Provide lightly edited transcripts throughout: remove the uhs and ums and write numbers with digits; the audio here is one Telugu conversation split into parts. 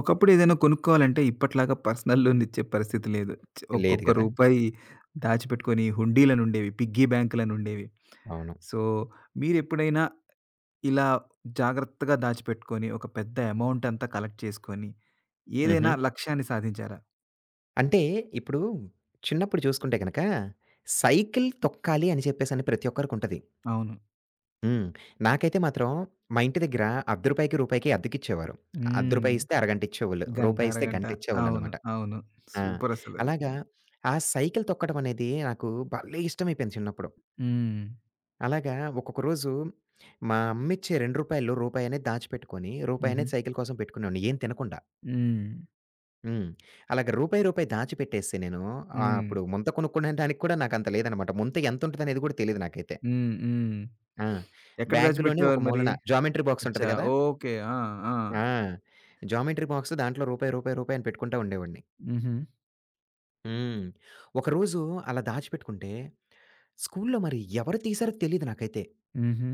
ఒకప్పుడు ఏదైనా కొనుక్కోవాలంటే ఇప్పటిలాగా పర్సనల్ లోన్ ఇచ్చే పరిస్థితి లేదు. లేదు ఒక్కొక్క గదా! రూపాయి దాచిపెట్టుకొని హుండీలనుండేవి. పిగ్గీ బ్యాంకులనుండేవి. అవును. సో, మీరెప్పుడైనా ఇలా జాగ్రత్తగా దాచిపెట్టుకొని, ఒక పెద్ద అమౌంట్ అంతా కలెక్ట్ చేసుకొని, హుహు. ఏదైనా లక్ష్యాన్ని సాధించారా? అంటే ఇప్పుడు చిన్నప్పుడు చూసుకుంటే గనక సైకిల్ తొక్కాలి అని చెప్పేసని ప్రతి ఒక్కరికుంటది. అవును. హ్మ్. నాకైతే మాత్రం మా ఇంటి దగ్గర రూ. 10కి, రూ. 2కి అద్దెకిచ్చేవారు. రూ. హ్మ్. 1 ఇస్తే అరగంట ఇచ్చేవోళ్ళు. గంట, రూపాయి ఇస్తే అరగంట. గంట అవును, ఇచ్చేవాళ్ళనమాట. అవును. ఆ! సూపరసలది. అలాగా హ్మ్. ఆ సైకిల్ తొక్కడం అనేది నాకు భలే ఇష్టమైపోయింది చిన్నప్పుడు. హ్మ్. అలాగా ఒక్కొక్క రోజు మా అమ్మిచ్చే రూ. 2లో రూపాయనేది దాచిపెట్టుకొని హుహు. రూపాయనేది సైకిల్ కోసం పెట్టుకునేవాడిని ఏం తినకుండా. హ్మ్. హ్మ్. అలాగా రూపాయి, రూపాయి దాచిపెట్టేస్తే నేను హ్మ్. అప్పుడు ముంత కొనుక్కునేడానికి కూడా నాకంత లేదనమాట. ముంత ఎంతుంటదనేది గూడా తెలీదు నాకైతే. హ్మ్. హ్మ్. ఆ! ఎక్కడ బ్యాగ్‌లోనే ఒక దాచిపెట్టేవారు మరి? మూలన జామెంట్రీ బాక్స్ ఉంటది అచ్చా! కదా! ఓకే. ఆ! ఆ! ఆ! జామెంట్రీ బాక్స్ దాంట్లో రూపాయి, రూపాయి, రూపాయి అని పెట్టుకుంటా ఉండేవాడిని. హుహు. హ్మ్. ఒకరోజు అలా దాచిపెట్టుకుంటే, స్కూల్లో మరి ఎవరు తీశారో తెలీదు నాకైతే. హుహు.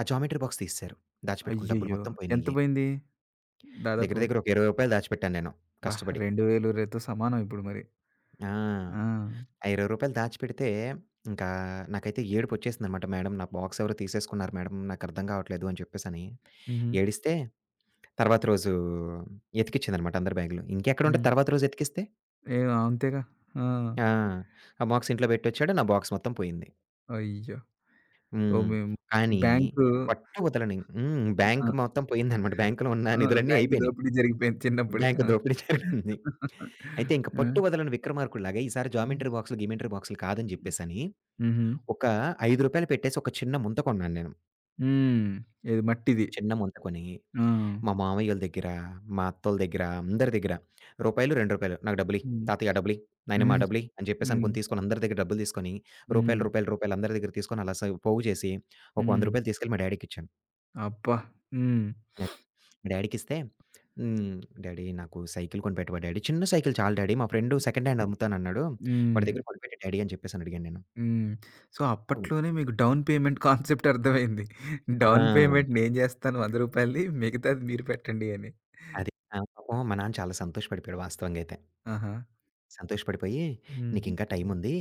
ఆ జామెంట్రీ బాక్స్ తీసేశారు. దాచిపెట్టుకున్న డబ్బులు అయ్యయ్యో! మొత్తం ఎంత పోయినియి. పోయింది? దగ్గర దాదాపు దగ్గర ఒక రూ. 20 దాచిపెట్టాను నేను అబ్బా! కష్టపడి. 2000 రేతో సమానం ఇప్పుడు మరి. ఆ! ఆ! ఆ రూ. 20 దాచిపెడితే ఇంకా నాకైతే ఏడుపొచ్చేసిందనమాట. "మేడం నా బాక్స్ ఎవరో తీసేసుకున్నారు మేడం. నాకర్థం కావట్లేదు" అని చెప్పేసని హుహు. ఏడిస్తే తర్వాత రోజు ఎతికిచ్చిందనమాట అందరి బ్యాగులు. ఇంకెక్కడుంటది హ్మ్. తర్వాత రోజు ఎతికిస్తే? ఏం అంతేగా. ఆ! ఆ! ఆ బాక్స్ ఇంట్లో పెట్టొచ్చాడు. నా బాక్స్ మొత్తం పోయింది. అయ్యో! సో, హ్మ్. మేము కానీ బ్యాంకు. పట్టు వదలని హ్మ్. బ్యాంక్ ఆ! మొత్తం పోయిందనమాట. బ్యాంక్‌లో ఉన్న ఆ! నిధులన్నీ బ్యాంకు అయిపోయినాయి. దోపిడీ జరిగిపోయింది చిన్నప్పుడే. బ్యాంక్ ఆ! దోపిడీ జరిగింది. అయితే ఇంక ఆ! పట్టు వదలని 'విక్రమార్కుడులాగా' ఈసారి జామెంట్రీ బాక్స్‌లు, గిమెంట్రీ బాక్స్‌లు కాదని చెప్పేసని హుహు. ఒక రూ. 5 పెట్టేసి ఒక చిన్న ముంత కొన్నాను నేను. హ్మ్. ఏది మట్టిది. చిన్న ముంత కొని, ఆ! మా మామయ్యోళ్ళ దగ్గర, మా అత్తోళ్ళ దగ్గర, అందరి దగ్గర రూ. 2, రూ. 2 నాకు డబ్బులియి, హ్మ్. తాతయ్య ఆ డబ్బులియి, నాయనమ్మ ఆ హ్మ్. డబ్బులియి అని చెప్పేసి హ్మ్. అనుకుని తీసుకొని అందరి దగ్గర డబ్బులు తీసుకొని, రూపాయలు, హ్మ్. రూపాయలు, రూపాయలు అందరి దగ్గర తీసుకొని అలా స పోగు చేసి ఒక హ్మ్. రూ. 100 తీసుకెళ్ళి మా డ్యాడీకిచ్చాను. అబ్బా! హ్మ్. అది. మా డ్యాడీకిస్తే హ్మ్. "డ్యాడీ నాకు సైకిల్ కొనిపెట్టవా డ్యాడీ?" "చిన్న సైకిల్ చాలు డ్యాడీ మా ఫ్రెండు సెకండ్ హ్యాండ్ అమ్ముతానన్నాడు. వాడి హ్మ్. దగ్గర కొనిపెట్టు డ్యాడీ" అని చెప్పేసి అని అడిగాను నేను. హ్మ్. సో, అవును. అప్పట్లోనే మీకు డౌన్ పేమెంట్ కాన్సెప్ట్ అర్థమైంది. ఆ! డౌన్ పేమెంట్ నేను జేస్తాను రూ. 100, మిగతాది మీరు పెట్టండి అని. అది. ఆ! పాపం మా నాన్న చాలా సంతోషపడిపోయాడు వాస్తవంగా అయితే. ఆహా! సంతోషపడిపోయి, హ్మ్. "నీకింకా టైముంది.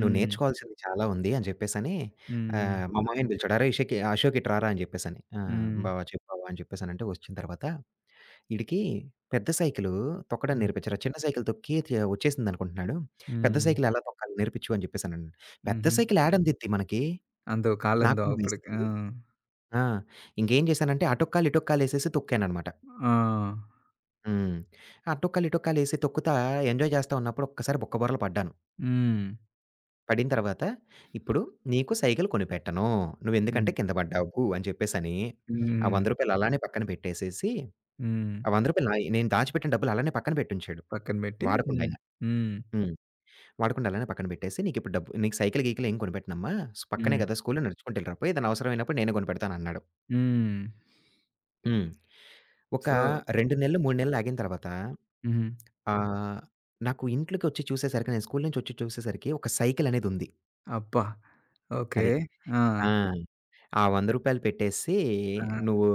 నువ్వు నేర్చుకోవాల్సింది చాలా ఉంది" అని జెప్పేసని హ్మ్. మా మామయ్యని పిలిచాడు. "అరేయ్! ఇషకి అశోక్ ఇటు రారా" అని జెప్పేసని. ఆ! హ్మ్. "బావ చెప్పు బావ" అని చెప్పేసనంటే వచ్చిన తర్వాత ఈడికి పెద్ద సైకిలు తొక్కడం హ్మ్. నేర్పించారు. చిన్న సైకిలు తొక్కి తి వచ్చేసిందనుకుంటున్నాడు. పెద్ద హ్మ్. సైకిలు ఎలా తొక్కాలి నేర్పించు అని జెప్పేసనన్నాను. పెద్ద హుహు. సైకిలు ఏడందిద్ది మనకి అందవు, నాకున్న కాళ్ళందవు అప్పటికి. వయసుకి. ఆ! ఆ! ఇంకేం జేశానంటే అటొక్కాలు, ఇటొక్కాలేసేసి తొక్కాననమాట. ఆ! హ్మ్. అటొక్కాలు, ఇటొక్కాలేసి తొక్కుతా ఎంజాయ్ జేస్తా ఉన్నప్పుడు ఒక్కసారి బొక్కబోర్ల పడ్డాను. హ్మ్. పడిన తర్వాత, ఇప్పుడు నీకు సైకిల్ కొనిపెట్టను. నువ్వెందుకంటే హ్మ్. కింద పడ్డావు అని చెప్పేసని, ఆ రూ. హ్మ్. 100 అలానే పక్కన పెట్టేసేసి, హ్మ్. ఆ రూ. 100 నాయి నేను దాచిపెట్టిన డబ్బులు అలానే పక్కన పెట్టుంచాడు. పక్కన బెట్టి హ్మ్. వాడకుండాయిన. హ్మ్. హ్మ్. వాడకుండా అలానే పక్కన పెట్టేసి, "నీకిప్పుడు డబ్బు నీకు సైకిల్ గికిల్ ఏం కొనిపెట్టనమ్మా. స్ పక్కనే హ్మ్. కదా స్కూలు నడుచుకుంటూ ఎళ్ళిరా పో. ఏదైనా అవసరమైనప్పుడు నేనే కొనిపెడతానన్నాడు." హ్మ్. హ్మ్. ఒక సో 2 నెలలు, 3 నెలలు ఆగిన తర్వాత హ్మ్. ఆహ్, నాకు ఇంట్లోకొచ్చి చూసేసరికి, నేను స్కూలు నుంచొచ్చి చూసేసరికి ఒక సైకిల్ అనేదుంది. అబ్బా! ఓకే. అది. ఆ! ఆ! ఆ రూ. 100 పెట్టేసి ఆ! "నువ్వు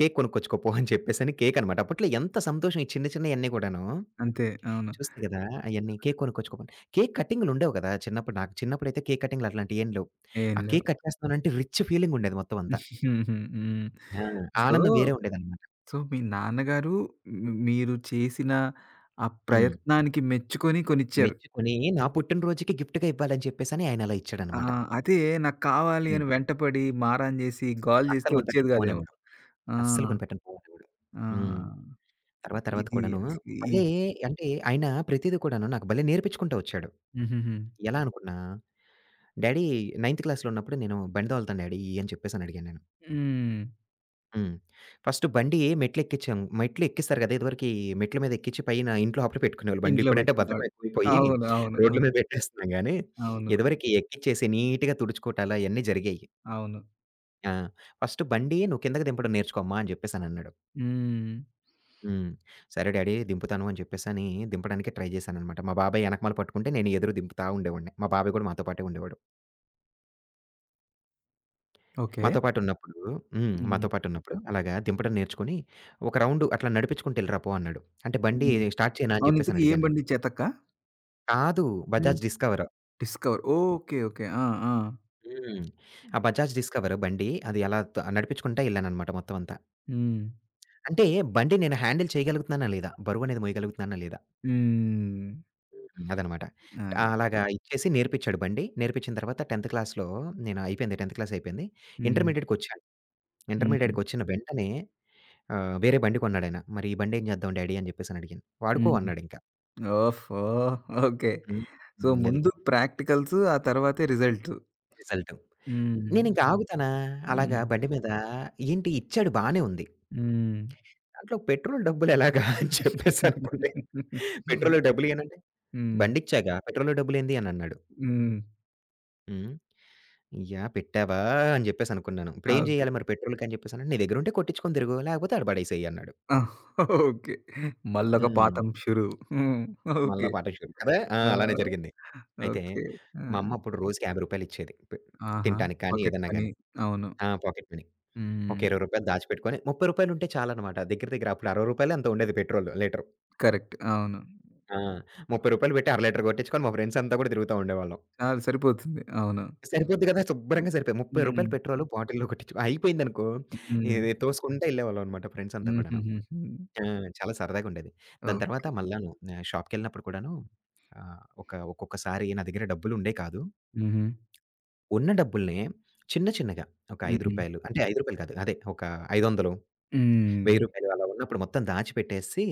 కేక్ కొనుక్కొచ్చుకోపో" అని చెప్పేసని కేకనమాట. అప్పట్లో ఎంత సంతోషం ఈ చిన్న చిన్నయన్నీ కూడాను. అంతే, అవును. చూస్తే గదా! అయన్నీ కేక్ కొనుక్కొచ్చుకోపో కేక్ కటింగులుండేవు గదా! చిన్నప్పుడు నాకు చిన్నప్పుడైతే కేక్ కటింగులు అట్లాంటియేం లేవు. ఏం ఆ లేవు. కేక్ కట్ చేస్తున్నానంటే రిచ్ ఫీలింగుండేది మొత్తం అంతా. హుహు. హ్మ్. ఆ! సో, ఆనందం వేరే ఉండేదనమాట. సో, మీ నాన్నగారు మీరు చేసిన ఆ హ్మ్. ప్రయత్నానికి మెచ్చుకొని కొనిచ్చారు. మెచ్చుకొని నా పుట్టినరోజుకి గిఫ్ట్‌గా ఇవ్వాలని చెప్పేసని ఆయనలా ఆ! ఇచ్చాడనమాట. అదే, నాకు కావాలి హ్మ్. అని వెంటపడి, మారం జేసి, గోల జేస్తే అస్సలు వచ్చేది కొనిపెట్టను పో గాదేమో. అనేవాడు. ఆ! అస్సలు కొనిపెట్టను పో అనేవాడు. హ్మ్. ఆ! తర్వాత తర్వాత ఇది కూడాను అసలు ఈ భలే అంటే ఆయన ప్రతీది కూడాను నాకు భలే నేర్పించుకుంటూ వచ్చాడు. హుహుహు. ఎలా అనుకున్నా, డ్యాడీ నైన్త్ క్లాస్‌లో ఉన్నప్పుడు నేను బండి తోలుతాను డ్యాడీ అని చెప్పేసని అడిగాను నేను. హ్మ్. హ్మ్. ఫస్ట్ బండి మెట్లు ఎక్కించాం. మెట్లు ఎక్కిస్తారు కదా! ఇదివరకి మెట్ల మీద ఎక్కించి పైన ఇంట్లో అప్పుడే పెట్టుకునేవాళ్ళు బండ్లు. ఇంట్లో ఇప్పుడంటే బద్ధకం బెట్టుకునేవాళ్ళు. ఎక్కువైపోయి అవును, అవును. ఆ! రోడ్ల మీద పెట్టేస్తున్నాం గానీ, అవును, ఇదివరకి ఎక్కించేసి నీట్‌గా తుడుచుకోవటాలు అయన్నీ జరిగాయి. అవును. ఆ! ఫస్ట్ బండి నువ్వు కిందకి దింపడం నేర్చుకో అమ్మా అని చెప్పేసనన్నాడు. హ్మ్. హ్మ్. సరే డ్యాడీ దింపుతాను అని చెప్పేసని దింపడానికి ట్రై చేశాననమాట. మా బాబాయ్ ఎనకమాల పట్టుకుంటే నేను ఎదురు దింపుతా ఉండేవాడిని. మా బాబాయ్ కూడా మాతో పాటే ఉండేవాడు. ఓకే. మాతో పాటున్నప్పుడు హ్మ్. హ్మ్. మాతో పాటున్నప్పుడు అలాగా దింపడం నేర్చుకొని, ఒక రౌండ్ అట్లా నడిపించుకుంటూ "ఎళ్ళిరా పో" అన్నాడు. అంటే బండి హ్మ్. స్టార్ట్ చేయనా అని అవును. చెప్పేసని ఇంతకీ ఏం అడిగాను నేను. బండిచ్చారు? తక్కా? కాదు హ్మ్. Bajaj Discover. Discover. Okay. Okay. ఆ! ఆ! హ్మ్. ఆ బజాజ్ డిస్కవర్ బండి అది అలా త నడిపించుకుంటా ఎళ్ళాననమాట మొత్తం అంతా. హ్మ్. అంటే బండి నేను హ్యాండిల్ చేయగలుగుతున్నానా లేదా? బరువనేది మోయగలుగుతున్నానా లేదా? హ్మ్. అదనమాట. ఆ, అది. అలాగా ఇచ్చేసి నేర్పించాడు బండి. నేర్పించిన తర్వాత 10థ్ క్లాస్‌లో నేను అయిపోయింది 10థ్ క్లాస్ అయిపోయింది. హ్మ్. ఇంటర్మీడియేట్‌కొచ్చాను. హ్మ్. ఇంటర్మీడియేట్‌కొచ్చిన వెంటనే ఆ! వేరే బండి కొన్నాడాయన. "మరి ఈ బండేం చేద్దాం డాడీ" అని జెప్పేసని అడిగాను. "వాడుకో" హ్మ్. అన్నాడింక. ఓహో! ఓకే. హ్మ్. సో, హ్మ్. అది ముందు ప్రాక్టికల్స్ ఆ తర్వాతే రిజల్ట్. రిజల్ట్. హ్మ్. నేనింక ఆగుతానా? అలాగా హ్మ్. బండి మీద ఏంటి ఇచ్చాడు బానే ఉంది. హ్మ్. దాంట్లో పెట్రోల్ డబ్బులెలాగా అని చెప్పేసనుకుంటే, పెట్రోల్ డబ్బులియ్యనంటే, హ్మ్. "బండిచ్చాగా పెట్రోల్ డబ్బులేంది" అనన్నాడు. హ్మ్. హ్మ్. "అయ్యా! పెట్టావా" అని జెప్పేసనుకున్నాను. "ఇప్పుడేం ఓకే. జేయాలి మరి పెట్రోల్‌కి" అని జెప్పేసనంటే, "నీ దగ్గరుంటే కొట్టిచ్చుకొని తిరుగు లేకపోతే ఆడ పడేసేయి" అన్నాడు. ఆ! ఓకే. మళ్ళొక హ్మ్. పాఠం షురు. హ్మ్. మళ్ళా ఓకే. పాటించరు కదా! ఆ! ఆ! అలానే జరిగింది. అయితే ఓకే. ఆ! మా అమ్మ అప్పుడు రోజుకి రూ. 50 ఇచ్చేది. పె ఆహా! తినటానికి కానీ, పాకెట్ ఏదన్నా మనీ. గాని. అవును. ఆ! Pocket money. ఒక హ్మ్. రూ. 20 దాచిపెట్టుకొని రూ. 30 ఉంటే చాలన్నమాట. దగ్గర దగ్గర అప్పుడు రూ. 60 ఎంతో ఉండేది పెట్రోల్ లీటర్. కరెక్ట్, అవును. ఆ! రూ. 30 పెట్టి అర లీటర్ కొట్టించుకొని మా ఫ్రెండ్స్ అంతా కూడా తిరుగుతా ఉండేవాళ్ళం. చాలు, సరిపోతుంది. అవును. సరిపోద్ది కదా! శుభ్రంగా సరిపోయేది. రూ. 30 హ్మ్. పెట్రోల్ బాటిల్‌లో కొట్టించుకో అయిపోయిందనుకో హ్మ్. ఇది తోసుకుంటా ఎళ్ళేవాళ్ళం అనమాట ఫ్రెండ్స్ అంతా కూడాను. హుహుహుహు. ఆ! చాలా సరదాగా ఉండేది. దాని తర్వాత ఓకే. మళ్ళాను షాప్‌కెళ్ళినప్పుడు కూడాను ఒక ఒక్కొక్కసారి నా దగ్గర డబ్బులుండేయి కాదు. హుహు. ఉన్న డబ్బులనే చిన్న చిన్నగా ఒక రూ. హ్మ్. 5 అంటే రూ. 5 కాదు. అదే ఒక రూ. 500, రూ. హ్మ్. 1000 అలా ఉన్నప్పుడు మొత్తం దాచిపెట్టేసి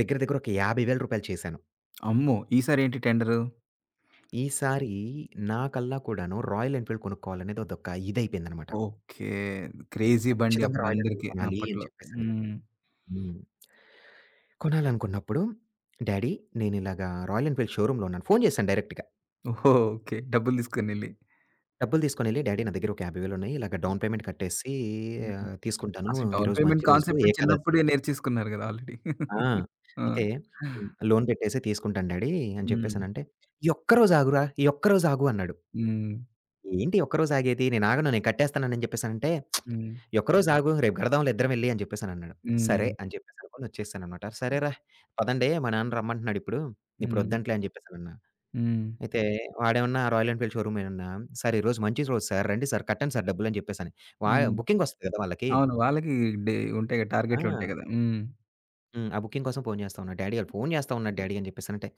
దగ్గర దగ్గర ఒక రూ. 50,000 చేశాను. అమ్మో! ఈసారేంటి టెండరు? ఈసారి నాకల్లా కూడాను రాయల్ ఎన్‌ఫీల్డ్ కొనుక్కోవాలనేది అదొక ఇదైపోయిందనమాట. ఓకే. క్రేజీ బండి ఖచ్చితంగా రాయల్ ఎన్‌ఫీల్డ్ అప్పుడందరికి కొనాలి అని అప్పట్లో. చెప్పేసని. హ్మ్. హ్మ్. కొనాలనుకున్నప్పుడు డ్యాడీ నేనిలాగా రాయల్ ఎన్‌ఫీల్డ్ షోరూమ్‌లో ఉన్నాను. ఫోను చేశాను డైరెక్ట్‌గా. ఓహో! ఓకే. డబ్బులు తీసుకొనెళ్లి. డబ్బులు తీసుకొనెళ్ళి డ్యాడీ నా దగ్గర ఒక రూ. 50,000 ఉన్నాయి. ఇలాగ డౌన్ పేమెంట్ కట్టేసి హ్మ్. తీసుకుంటాను. అసలు డౌన్ ఈరోజు మంచి పేమెంట్ రోజు కాన్సెప్ట్ ఏకాదశి చిన్నప్పుడే నేర్చేసుకున్నారు గదా! ఆల్రెడీ. ఆ! ఆ! అయితే హ్మ్. లోన్ పెట్టేసి తీసుకుంటాను డాడీ అని హ్మ్. చెప్పేసనంటే, "ఈ ఒక్కరోజు ఆగురా! ఈ ఒక్కరోజు ఆగు" అన్నాడు. హ్మ్. ఏంటి ఈ ఒక్కరోజు ఆగేది? నేనాగను నేను కట్టేస్తానని చెప్పేసనంటే, హ్మ్. "ఈ ఒక్కరోజు ఆగు రేపు కడదాంలే ఇద్దరం ఎళ్లి" అని చెప్పేసనన్నాడు. సరే హ్మ్. అని చెప్పేసి అనుకోని వచ్చేసాననమాట. సరేరా! పదండే మా నాన్న రమ్మంటున్నాడిప్పుడు. హ్మ్. ఇప్పుడొద్దంట్లే అని చెప్పేసనన్నా. హ్మ్. అయితే వాడేమన్నా రాయల్ ఎన్‌ఫీల్డ్ షోరూమ్ ఏమన్నా, "సార్ ఈరోజు మంచి రోజు సార్ రండి సార్ కట్టండి సార్ డబ్బులు" అని చెప్పేసని. వా హ్మ్. బుకింగొస్తది కదా! వాళ్ళకి. అవును. వాళ్ళకి డే ఉంటాయి గదా! ఆ! టార్గెట్లుంటాయి గదా! హ్మ్. హ్మ్. ఆ బుకింగ్ కోసం ఫోను చేస్తా ఉన్నా. డ్యాడీ ఆళ్ళు ఫోను చేస్తా ఉన్నాడు డ్యాడీ అని చెప్పేసనంటే,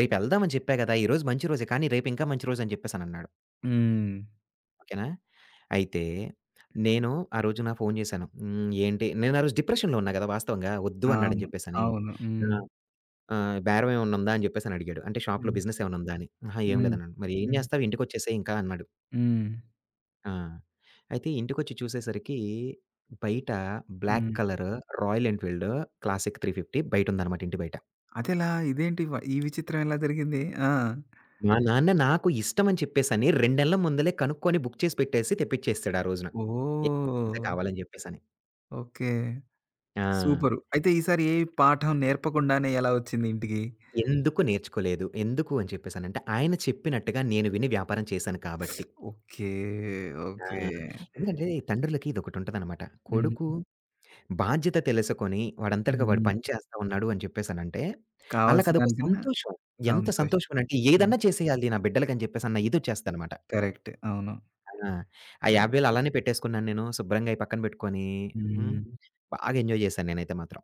రేపెళ్దామని చెప్పా గదా! ఈరోజు మంచి రోజే కానీ రేపింకా మంచి రోజని చెప్పేసనన్నాడు. హ్మ్. ఓకేనా? అయితే నేను ఆ రోజున ఫోను చేశాను. హ్మ్. ఏంటి నేను ఆ రోజు డిప్రెషన్‌లో ఉన్నా గదా! వాస్తవంగా వద్దు అన్నాడని అవును, చెప్పేసని. అవును. హ్మ్. ఆహ్, ఆహ్, "బేరం ఏమన్నా ఉందా?" అని చెప్పేసని అడిగాడు. అంటే షాప్‌లో హ్మ్. బిజినెస్ ఏమన్నా ఉందా అని. అహా! ఏం హ్మ్. లేదన్నాను. "మరి ఏం హ్మ్. చేస్తావు ఇంటికొచ్చేసేయి ఇంకా" అన్నాడు. హ్మ్. ఆ! అయితే ఇంటికొచ్చి చూసేసరికి బయట బ్లాక్ హ్మ్. కలర్ రాయల్ ఎన్‌ఫీల్డ్ క్లాసిక్ 350 బయటుందనమాట ఇంటి బయట. అదెలా? ఇదేంటి వ ఈ విచిత్రం ఎలా జరిగింది? ఆ! మా నాన్న నాకు ఇష్టమని చెప్పేసని 2 నెలల ముందలే కనుక్కొని బుక్ చేసి పెట్టేసి తెప్పిచ్చేసాడు ఆ రోజున. ఏ రోజే ఓహ్! కావాలని చెప్పేసని. ఓకే. ఆ! సూపరు. అయితే ఈసారి ఏ పాఠం నేర్పకుండానే ఎలా ఒచ్చింది ఇంటికి? ఎందుకు నేర్చుకోలేదు? ఎందుకు అని చెప్పేసనంటే ఆయన చెప్పినట్టుగా నేను విని వ్యాపారం చేశాను కాబట్టి. ఓకే. ఆ! ఓకే. ఎందుకంటే తండ్రులకి ఇదొకటుంటదనమాట. హ్మ్. కొడుకు బాధ్యత తెలుసుకొని వాడంతటగా వాడు పని హ్మ్. చేస్తా ఉన్నాడు అని చెప్పేసనంటే కావాల్సిన ఆళ్ళకదొక దానికన్నా సంతోషం. ఎంత సంతోషం. సంతోషమనంటే హ్మ్. ఏదన్నా చేసేయాలి నా బిడ్డలకని చెప్పేసన్న ఇదొచ్చేస్తదనమాట. కరెక్ట్, అవును. ఆ! ఆ అవును. 50,000 అలానే పెట్టేసుకున్నాను నేను. శుభ్రంగా అయి పక్కన పెట్టుకొని హ్మ్. హ్మ్. బాగా ఎంజాయ్ చేశాను నేనైతే మాత్రం.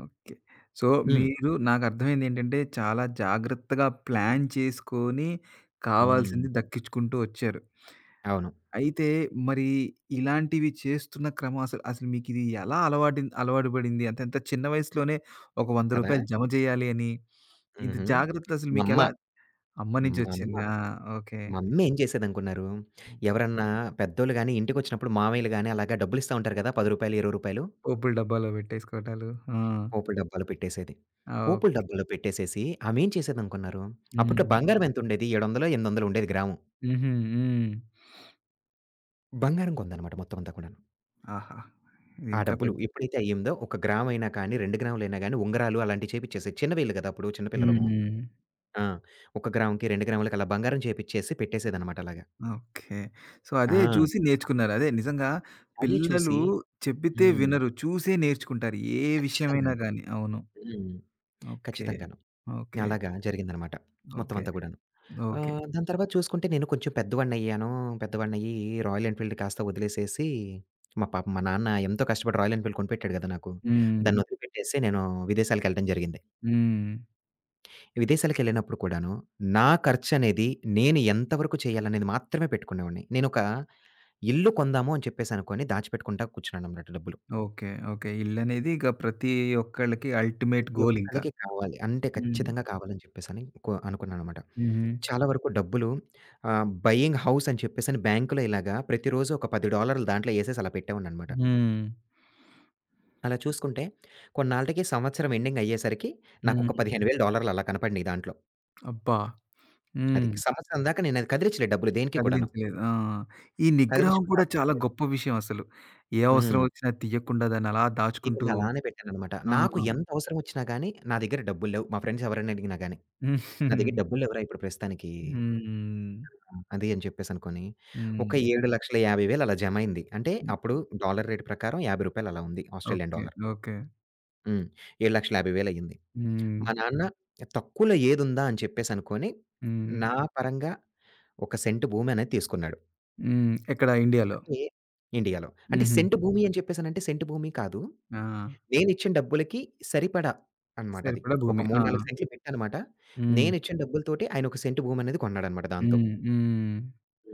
ఓకే. సో, హ్మ్. మీరు, నాకర్థమైందేంటంటే, చాలా జాగ్రత్తగా ప్లాన్ చేసుకొని, హ్మ్. కావాల్సింది దక్కించుకుంటూ ఒచ్చారు. అవును. అయితే మరి ఇలాంటివి చేస్తున్న క్రమం అసలు అసలు మీకిది ఎలా అలవాటు అలవాటు పడింది? అంటే ఎంత చిన్న వయసులోనే ఒక రూ. 100 కదా! జమ జేయాలి అని, ఇంత హుహు. జాగ్రత్త అసలు మా అమ్మ, మీకెలా అమ్మ మా అమ్మ, నుంచొచ్చిందా? ఓకే. మా అమ్మ ఏం చేసేదనుకున్నారు? ఎవరన్నా పెద్దోళ్ళు గాని ఇంటికొచ్చినప్పుడు మామయ్యలు గాని అలాగా డబ్బులిస్తా ఉంటారు కదా! రూ. 10, రూ. 20 పోపుల డబ్బాలో పెట్టేసుకోవటాలు. ఆ! పోపుల డబ్బాలో పెట్టేసేది. ఆ! ఓహ్! పోపుల డబ్బాలో పెట్టేసేసి ఆమేం చేసేదనుకున్నారు? అప్పట్లో హ్మ్. బంగారం ఎంతుండేది? 700 ఎనిమిదొందలో ఉండేది గ్రాము. హుహు. హ్మ్. బంగారం కొందనమాట మొత్తం అంతా కూడాను. ఆహా! ఇది ఆ ఇంకా డబ్బులు పెద్ద ఎప్పుడైతే అయ్యిందో, 1 గ్రామయినా కానీ, 2 గ్రాములైనా గానీ, ఉంగరాలు అలాంటివి చేపిచ్చేసేది. చిన్నవీళ్ళు గదా! అప్పుడు చిన్న పిల్లలము. హ్మ్. ఆ! 1 గ్రాముకి, 2 గ్రాములకి అలా బంగారం చేపిచ్చేసి పెట్టేసేదనమాట అలాగా. ఓకే. సో, ఆ! అదే చూసి నేర్చుకున్నారు. అదే నిజంగా అదే పిల్లలు చూసి చెబితే హ్మ్. వినరు. చూసే నేర్చుకుంటారు. ఏ విషయమైనా ఖచ్చితంగాను. గాని. అవును. హ్మ్. ఓకే. ఖచ్చితంగాను. ఓకే. అలాగా జరిగిందనమాట. మొత్తం ఓకే. అంతా గూడాను. ఓకే. దాని తర్వాత చూసుకుంటే నేను కొంచెం పెద్దవాడినయ్యాను. పెద్దవాడినయ్యి రాయల్ ఎన్‌ఫీల్డ్ కాస్త వదిలేసేసి, మా పాపం మా నాన్న ఎంతో కష్టపడి రాయల్ ఎన్‌ఫీల్డ్ కొనిపెట్టాడు గదా! నాకు. హ్మ్. దాన్నొదిలిపెట్టేసి నేను విదేశాలకెళ్ళడం జరిగింది. హ్మ్. విదేశాలకెళ్ళినప్పుడు కూడాను, నా ఖర్చనేది నేను ఎంతవరకు చేయాలనేది మాత్రమే పెట్టుకునేవాడిని. నేనొక ఇల్లు కొందాము అని చెప్పేసనుకోని దాచిపెట్టుకుంటా కూర్చున్నానన్నమాట డబ్బులు. ఓకే. ఓకే. ఇల్లనేది ఇక ప్రతి ఒక్కళ్ళకి అల్టిమేట్ ప్రతి గోలింక. ఒక్కళ్ళకి కావాలి. అంటే హ్మ్. ఖచ్చితంగా కావాలని చెప్పేసని కొ అనుకున్నానన్నమాట. హుహు. చాలా వరకు డబ్బులు బయింగ్ హౌస్ అని చెప్పేసని బ్యాంకులో ఇలాగా ప్రతిరోజు ఒక $10 దాంట్లో ఏసేసి అలా పెట్టేవాడినన్నమాట. హ్మ్. అలా చూసుకుంటే కొన్నాళ్ళకి సంవత్సరం ఎండింగ్ అయ్యేసరికి నాకొక హ్మ్. $15,000 అలా కనపడినియి దాంట్లో. అబ్బా! అది హ్మ్. సంవత్సరం దాకా నేనది కదిలిచ్చలేదు డబ్బులు దేనికి కూడాను. కదిలించలేదు. ఆ! ఈ నిగ్రహం కదిలించుకుంటే కూడా ఆ చాలా గొప్ప విషయం అసలు. ఏ అవసరం హ్మ్. వచ్చినా తీయకుండా దాన్ని అలా దాచుకుంటూ. తీయకుండా అలానే పెట్టాననమాట. ఆ! నాకు ఎంత అవసరమొచ్చినా గానీ, నా దగ్గర డబ్బులు లేవు. మా ఫ్రెండ్స్ ఎవరైనా అడిగినా గానీ, నా హ్మ్. దగ్గర డబ్బులు లేవురా ఇప్పుడు ప్రస్తుతానికి. హ్మ్. ఆ! అది అని చెప్పేసనుకోని, ఒక హ్మ్. 7,50,000 అలా జమయింది. అంటే అప్పుడు డాలర్ రేట్ ప్రకారం రూ. 50 అలా ఉంది. Australian okay. డాలర్. ఓకే. హ్మ్. 7,50,000 అయింది. హ్మ్. మా నాన్న తక్కువలో ఏదుందా అని చెప్పేసనుకోని, హ్మ్. నా పరంగా ఒక సెంటు భూమి అనేది తీసుకున్నాడు. హ్మ్. ఎక్కడ, ఇండియాలో? అంటే ఇండియాలో. అంటే హుహు. సెంటు భూమి అని చెప్పేసనంటే సెంటు భూమి కాదు ఆ! నేనిచ్చిన డబ్బులకి సరిపడా అనమాట అది. సరిపడా ఒక భూమి. 3, ఆ! 4 సెంట్లు పెట్టానమాట. హ్మ్. నేనిచ్చిన డబ్బులతోటి ఆయన ఒక సెంటు భూమనేది కొన్నాడనమాట దాంతో. హ్మ్. హ్మ్.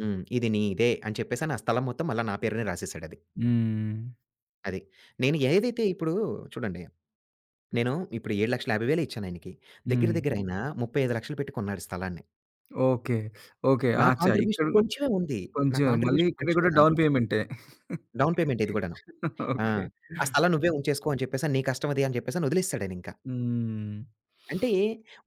హ్మ్. ఇది నీదే అని చెప్పేసని ఆ స్థలం మొత్తం మళ్ళా నా పేరునే రాసేసాడది. హ్మ్. అది. నేను ఏదైతే ఇప్పుడు చూడండి, నేను ఇప్పుడు 7,50,000 ఇచ్చానాయనకి. దగ్గర హ్మ్. దగ్గర ఆయన 35,000,000 పెట్టి కొన్నాడు స్థలాన్ని. ఓకే. ఓకే. నా అచ్చా! ఇక్కడ కాంట్రిబ్యూషన్ కొంచెమే ఉంది. నా కొంచెం, మళ్ళీ కాంట్రిబ్యూషన్ ఇక్కడ కొంచెమే కూడా డౌన్ దాంట్లో. పేమెంటే. డౌన్ పేమెంట్ ఇది గూడాను. ఆ! ఓకే. ఆ స్థలం నువ్వే ఉంచేసుకో అని చెప్పేసని నీ కష్టం అది అని చెప్పేసని వదిలేసాడాయనింక. హ్మ్. అంటే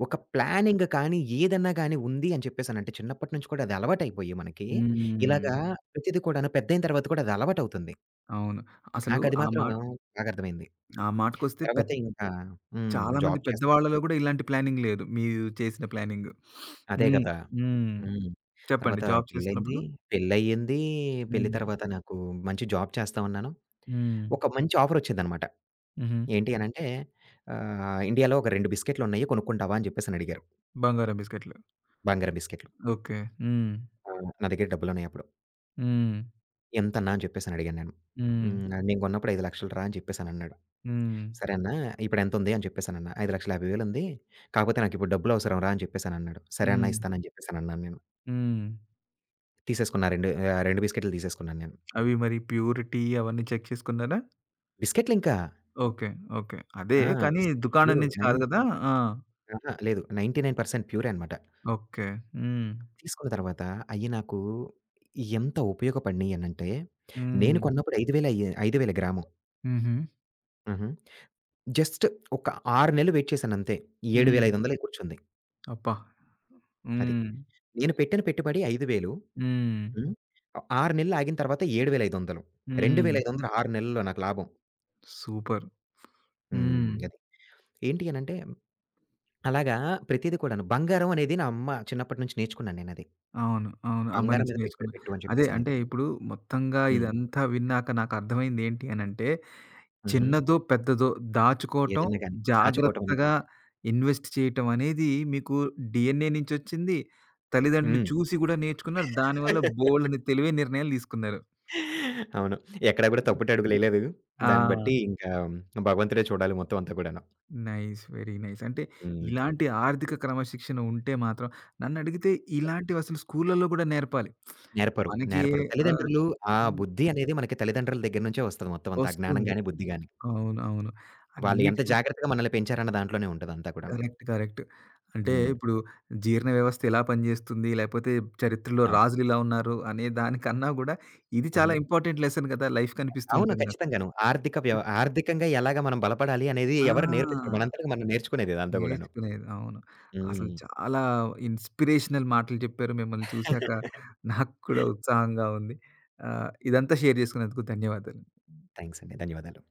ఒక ప్లానింగ్ కానీ, ఏదన్నా గాని ఉంది అని చెప్పేసనంటే చిన్నప్పటి నుంచి కూడా అది అలవాటైపోయి మనకి, హ్మ్. ఇలాగా ప్రతిది కూడాను పెద్దయిన తర్వాత కూడా అది అలవాటవుతుంది. అవును. అసలు నాకది ఆ మాత్రం మాట, బాగా అర్థమైంది. ఆ మాటకొస్తే తర్వాత ఇంకా హ్మ్. చాలా మంది జాబ్ చేస్తున్నప్పుడు పెద్దవాళ్ళలో కూడా కూడా ఇలాంటి ప్లానింగ్ లేదు. మీరు చేసిన ప్లానింగు. అదే హ్మ్. గదా! హ్మ్. హ్మ్. చెప్పండి, తర్వాత జాబ్ చేస్తున్నప్పుడు? పెళ్లయింది. పెళ్లయింది. పెళ్లి హ్మ్. తర్వాత నాకు మంచి జాబ్ చేస్తా ఉన్నాను. హ్మ్. ఒక మంచి ఆఫరొచ్చిందనమాట. హుహు. ఏంటి అనంటే ఇండియాలో ఒక 2 బిస్కెట్లున్నయి కొనుక్కుంటావా అని చెప్పేసని అడిగారు. బంగారం బిస్కెట్లు. బంగారం బిస్కెట్లు. ఓకే. హ్మ్. ఆ! నా దగ్గర డబ్బులున్నాయప్పుడు. హ్మ్. ఎంతన్నా అని చెప్పేసని అడిగాను నేను. హ్మ్. హ్మ్. హ్మ్. నేను కొన్నప్పుడు 5,00,000 రా అని చెప్పేసనన్నాడు. హ్మ్. సరే అన్నా ఇప్పుడు ఎంతుంది అని చెప్పేసనన్నా. 5,50,000 ఉంది. కాకపోతే నాకిప్పుడు డబ్బులు అవసరం రా అని చెప్పేసనన్నాడు. సరే అన్నా హ్మ్. ఇస్తానని చెప్పేసనన్నాను నేను. హ్మ్. తీసేసుకున్నా రెండు 2 బిస్కెట్‌లు తీసేసుకున్నాను నేను. అవి మరి ప్యూరిటీ అవన్నీ చెక్ చేసుకున్నారా? బిస్కెట్‌లు ఇంకా ఓకే. ఓకే. అదే ఆ! కానీ బిస్కెట్‌లు దుకాణం ప్యూర్ నుంచి కాదు నైన్ గదా! ఆ! అహా! లేదు. 99% ప్యూరే అనమాట. ఓకే. హ్మ్. తీసుకున్న తర్వాత అయి నాకు ఎంత ఉపయోగపడినియనంటే నేను హ్మ్. కొన్నప్పుడు 5,000 అయ్యే 5,000 గ్రాము. హుహు. హుహు. జస్ట్ ఒక 6 నెలలు వెయిట్ చేశానంతే. హ్మ్. 7,500కి కూర్చుంది. అబ్బా! అది. హ్మ్. నేను పెట్టిన పెట్టుబడి 5,000 హ్మ్. హ్మ్. 6 నెలలు ఆగిన తర్వాత 7,500 హ్మ్. 2,500 6 నెలల్లో నాకు లాభం. సూపర్! హ్మ్. హ్మ్. అది. ఏంటి అనంటే అలాగా ప్రతీది కూడాను. బంగారం అనేది నా అమ్మ చిన్నప్పటి నుంచి నేర్చుకున్నాను నేనది. అవును, అవును. అమ్మ బంగారం నుంచి మీద పెట్టుబడి నేర్చుకున్నా. పెట్టు అని అదే. అంటే చెప్పేసనేది. ఇప్పుడు మొత్తంగా హ్మ్. ఇదంతా విన్నాక నాకు అర్థమైందేంటి అనంటే, హుహు. చిన్నదో, పెద్దదో దాచుకోవటం, ఏదన్నా గాని దాచుకోవటం అనేది. జాగ్రత్తగా ఇన్వెస్ట్ చేయటం అనేది మీకు డీఎన్ఏ నుంచొచ్చింది. తల్లిదండ్రులు హ్మ్. చూసి గూడా నేర్చుకున్నారు. దానివల్ల బోలెడన్ని తెలివైన నిర్ణయాలు తీసుకున్నారు. అవును. ఎక్కడ కూడా తప్పుటడుగులేయలేదు. ఆ! దాన్ని బట్టి ఇంకా భగవంతుడే చూడాలి మొత్తం అంతా కూడాను. నైస్. Very nice. అంటే హ్మ్. ఇలాంటి ఆర్థిక క్రమశిక్షణ ఉంటే మాత్రం, నన్నడిగితే, ఇలాంటివసలు స్కూళ్ళలో గూడా నేర్పాలి. నేర్పరు. మనకి నేర్పరు. ఆహ్, తల్లిదండ్రులు ఆ హ్మ్. బుద్ధి అనేది మనకి తల్లిదండ్రుల దగ్గర నుంచే వస్తది మొత్తం అంతా. ఆ జ్ఞానం వస్తుంది. గాని, బుద్ధి గాని. అవును, అవును. వాళ్ళు ఎంత అన్నిటిక జాగ్రత్తగా మనల్ని పెంచారన్న దాంట్లోనే ఉంటదంతా కూడాను. Correct, correct. అంటే హ్మ్. ఇప్పుడు జీర్ణ వ్యవస్థ ఎలా పనిజేస్తుంది? లేపోతే చరిత్రలో అవును. రాజులు ఇలా ఉన్నారు అనే దానికన్నా గూడా ఇది చాలా హుహు. ఇంపార్టెంట్ లెసన్ గదా! లైఫ్ కనిపిస్తూ అవును. ఉంటుంది నాకు. ఖచ్చితంగాను. ఆర్థిక వ్యవ ఆర్థికంగా ఎలాగా మనం బలపడాలి అనేది ఎవరు నేర్పించరు. ఆ! మనంతటకి మనం నేర్చుకునేది ఇదంతా గూడాను. నేర్చుకునేది. అవును. అసలు హ్మ్. చాలా ఇన్‌స్పిరేషనల్ మాటలు చెప్పారు. మిమ్మల్ని చూసాక నాకు కూడా ఉత్సాహంగా ఉంది. ఇదంతా షేర్ జేసుకున్నందుకు ధన్యవాదాలు. థాంక్స్ అండి. ధన్యవాదాలు.